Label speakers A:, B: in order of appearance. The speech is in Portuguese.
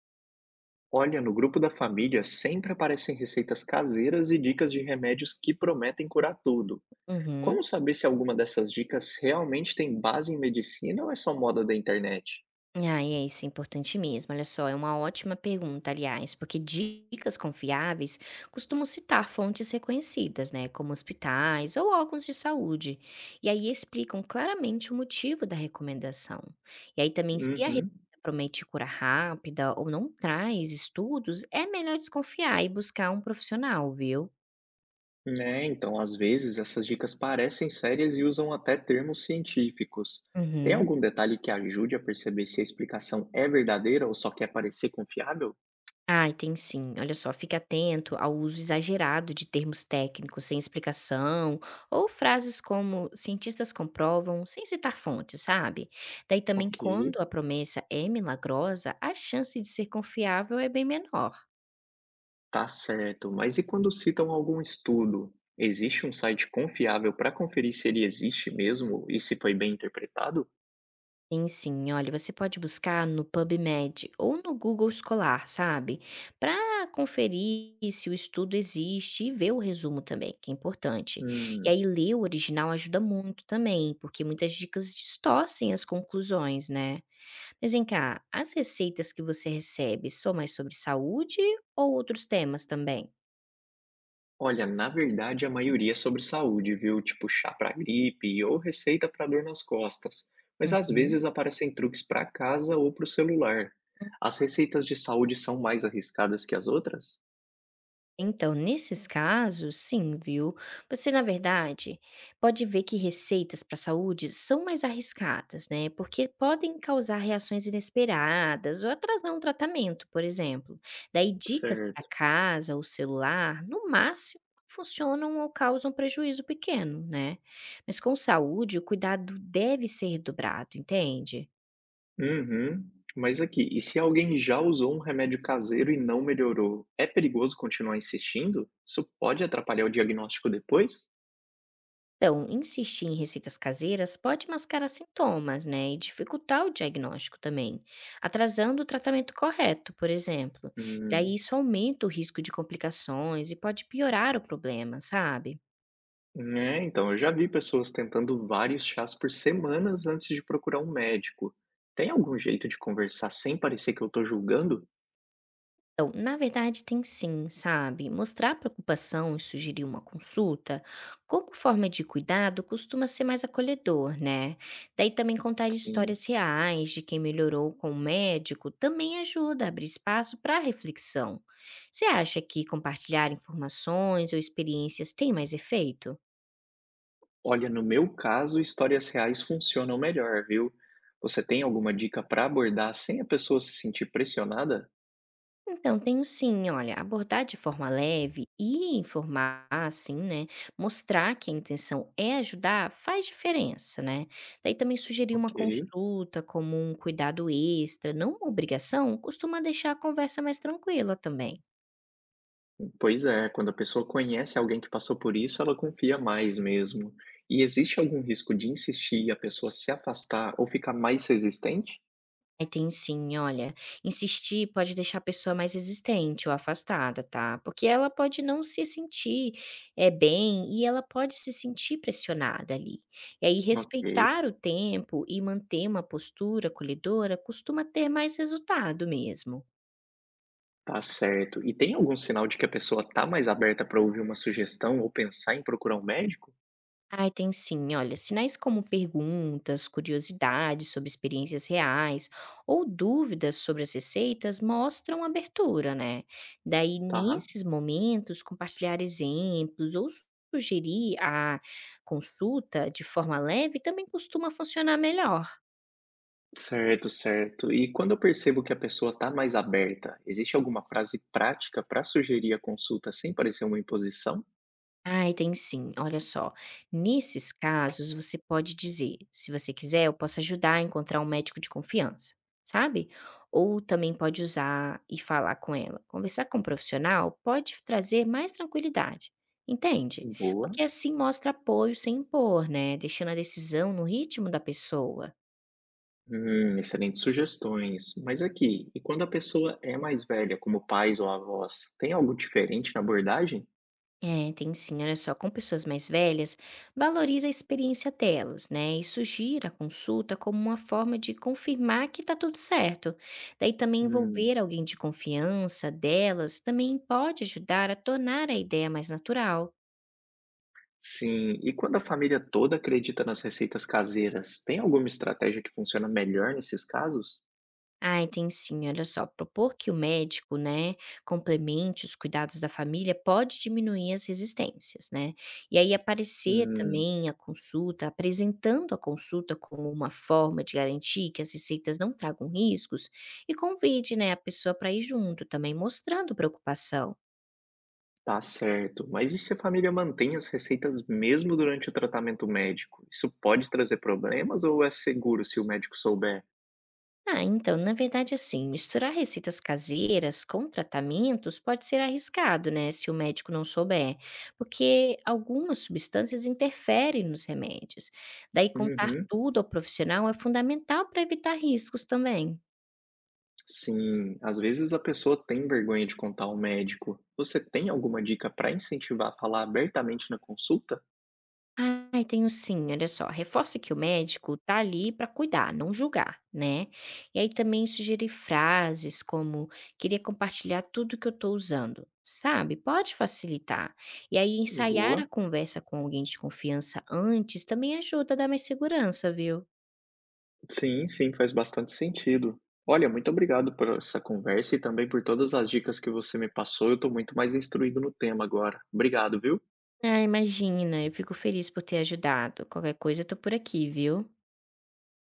A: Olha, no grupo da família sempre aparecem receitas caseiras e dicas de remédios que prometem curar tudo.
B: Uhum.
A: Como saber se alguma dessas dicas realmente tem base em medicina ou é só moda da internet?
B: Ah, isso é importante mesmo. Olha só, é uma ótima pergunta, aliás, porque dicas confiáveis costumam citar fontes reconhecidas, né, como hospitais ou órgãos de saúde, e aí explicam claramente o motivo da recomendação. E aí também, se a receita
A: Uhum.
B: promete cura rápida ou não traz estudos, é melhor desconfiar e buscar um profissional, viu?
A: Né, então às vezes essas dicas parecem sérias e usam até termos científicos. Tem
B: Uhum.
A: algum detalhe que ajude a perceber se a explicação é verdadeira ou só quer parecer confiável?
B: Ai, tem sim. Olha só, fique atento ao uso exagerado de termos técnicos sem explicação ou frases como cientistas comprovam, sem citar fontes, sabe? Daí também,
A: Ok,
B: quando a promessa é milagrosa, a chance de ser confiável é bem menor.
A: tá certo, mas e quando citam algum estudo? Existe um site confiável para conferir se ele existe mesmo e se foi bem interpretado?
B: Sim, sim. Olha, você pode buscar no PubMed ou no Google Escolar, sabe? Para conferir se o estudo existe e ver o resumo também, que é importante. E
A: Hum,
B: aí, ler o original ajuda muito também, porque muitas dicas distorcem as conclusões, né? Mas vem cá, as receitas que você recebe são mais sobre saúde ou outros temas também?
A: olha, na verdade a maioria é sobre saúde, viu? Tipo chá para gripe ou receita para dor nas costas. Mas às
B: Uhum.
A: vezes aparecem truques para casa ou para o celular. As receitas de saúde são mais arriscadas que as outras?
B: Então, nesses casos, sim, viu? Você, na verdade, pode ver que receitas para saúde são mais arriscadas, né? Porque podem causar reações inesperadas ou atrasar um tratamento, por exemplo. Daí, dicas para
A: Certo.
B: casa ou celular, no máximo, funcionam ou causam prejuízo pequeno, né? Mas com saúde, o cuidado deve ser dobrado, entende?
A: Uhum. Mas aqui, e se alguém já usou um remédio caseiro e não melhorou, é perigoso continuar insistindo? Isso pode atrapalhar o diagnóstico depois?
B: Então, insistir em receitas caseiras pode mascarar sintomas, né, e dificultar o diagnóstico também, atrasando o tratamento correto, por exemplo. Daí
A: Hum.
B: isso aumenta o risco de complicações e pode piorar o problema, sabe?
A: É, então, eu já vi pessoas tentando vários chás por semanas antes de procurar um médico. Tem algum jeito de conversar sem parecer que eu tô julgando?
B: Então, na verdade, tem sim, sabe? Mostrar preocupação e sugerir uma consulta, como forma de cuidado, costuma ser mais acolhedor, né? Daí também contar
A: Sim.
B: histórias reais de quem melhorou com o médico também ajuda a abrir espaço para reflexão. Você acha que compartilhar informações ou experiências tem mais efeito?
A: Olha, no meu caso, histórias reais funcionam melhor, viu? Você tem alguma dica para abordar sem a pessoa se sentir pressionada?
B: Então, tenho sim. Olha, abordar de forma leve e informar, assim, né? Mostrar que a intenção é ajudar faz diferença, né? Daí também sugerir uma
A: Ok.
B: consulta como um cuidado extra, não uma obrigação, costuma deixar a conversa mais tranquila também.
A: Pois é, quando a pessoa conhece alguém que passou por isso, ela confia mais mesmo. E existe algum risco de insistir e a pessoa se afastar ou ficar mais resistente?
B: Ai, tem sim, olha, insistir pode deixar a pessoa mais resistente ou afastada, tá? Porque ela pode não se sentir bem e ela pode se sentir pressionada ali. E aí,
A: Ok,
B: respeitar o tempo e manter uma postura acolhedora costuma ter mais resultado mesmo.
A: tá certo. E tem algum sinal de que a pessoa tá mais aberta para ouvir uma sugestão ou pensar em procurar um médico?
B: Ai, tem sim. Olha, sinais como perguntas, curiosidades sobre experiências reais ou dúvidas sobre as receitas mostram abertura, né? Daí,
A: Tá.
B: nesses momentos, compartilhar exemplos ou sugerir a consulta de forma leve também costuma funcionar melhor.
A: Certo, certo. E quando eu percebo que a pessoa tá mais aberta, existe alguma frase prática para sugerir a consulta sem parecer uma imposição?
B: Ai, tem sim. Olha só, nesses casos você pode dizer: "Se você quiser, eu posso ajudar a encontrar um médico de confiança", sabe? Ou também pode usar e falar com ela. Conversar com um profissional pode trazer mais tranquilidade, entende?
A: Boa.
B: Porque assim mostra apoio sem impor, né, deixando a decisão no ritmo da pessoa.
A: Excelentes sugestões. Mas aqui, e quando a pessoa é mais velha, como pais ou avós, tem algo diferente na abordagem?
B: É, tem sim, olha só, com pessoas mais velhas, valoriza a experiência delas, né? E sugira a consulta como uma forma de confirmar que tá tudo certo. Daí também
A: Hum,
B: envolver alguém de confiança delas também pode ajudar a tornar a ideia mais natural.
A: sim. E quando a família toda acredita nas receitas caseiras, tem alguma estratégia que funciona melhor nesses casos?
B: Ai, tem sim. Olha só, propor que o médico, né, complemente os cuidados da família pode diminuir as resistências, né? E aí aparecer
A: Hum,
B: também a consulta, apresentando a consulta como uma forma de garantir que as receitas não tragam riscos e convide, né, a pessoa para ir junto também, mostrando preocupação.
A: tá certo. Mas e se a família mantém as receitas mesmo durante o tratamento médico? Isso pode trazer problemas ou é seguro se o médico souber?
B: Ah, então, na verdade, assim, misturar receitas caseiras com tratamentos pode ser arriscado, né, se o médico não souber, porque algumas substâncias interferem nos remédios. Daí, contar
A: Uhum.
B: tudo ao profissional é fundamental para evitar riscos também.
A: Sim, às vezes a pessoa tem vergonha de contar ao médico. Você tem alguma dica para incentivar a falar abertamente na consulta?
B: Ai, tenho sim, olha só. Reforce que o médico tá ali para cuidar, não julgar, né? E aí também sugerir frases como queria compartilhar tudo que eu tô usando, sabe? Pode facilitar. E aí ensaiar a
A: Boa.
B: conversa com alguém de confiança antes também ajuda a dar mais segurança, viu?
A: Sim, sim, faz bastante sentido. Olha, muito obrigado por essa conversa e também por todas as dicas que você me passou. Eu estou muito mais instruído no tema agora. Obrigado, viu?
B: Ah, imagina, eu fico feliz por ter ajudado. Qualquer coisa eu tô por aqui, viu?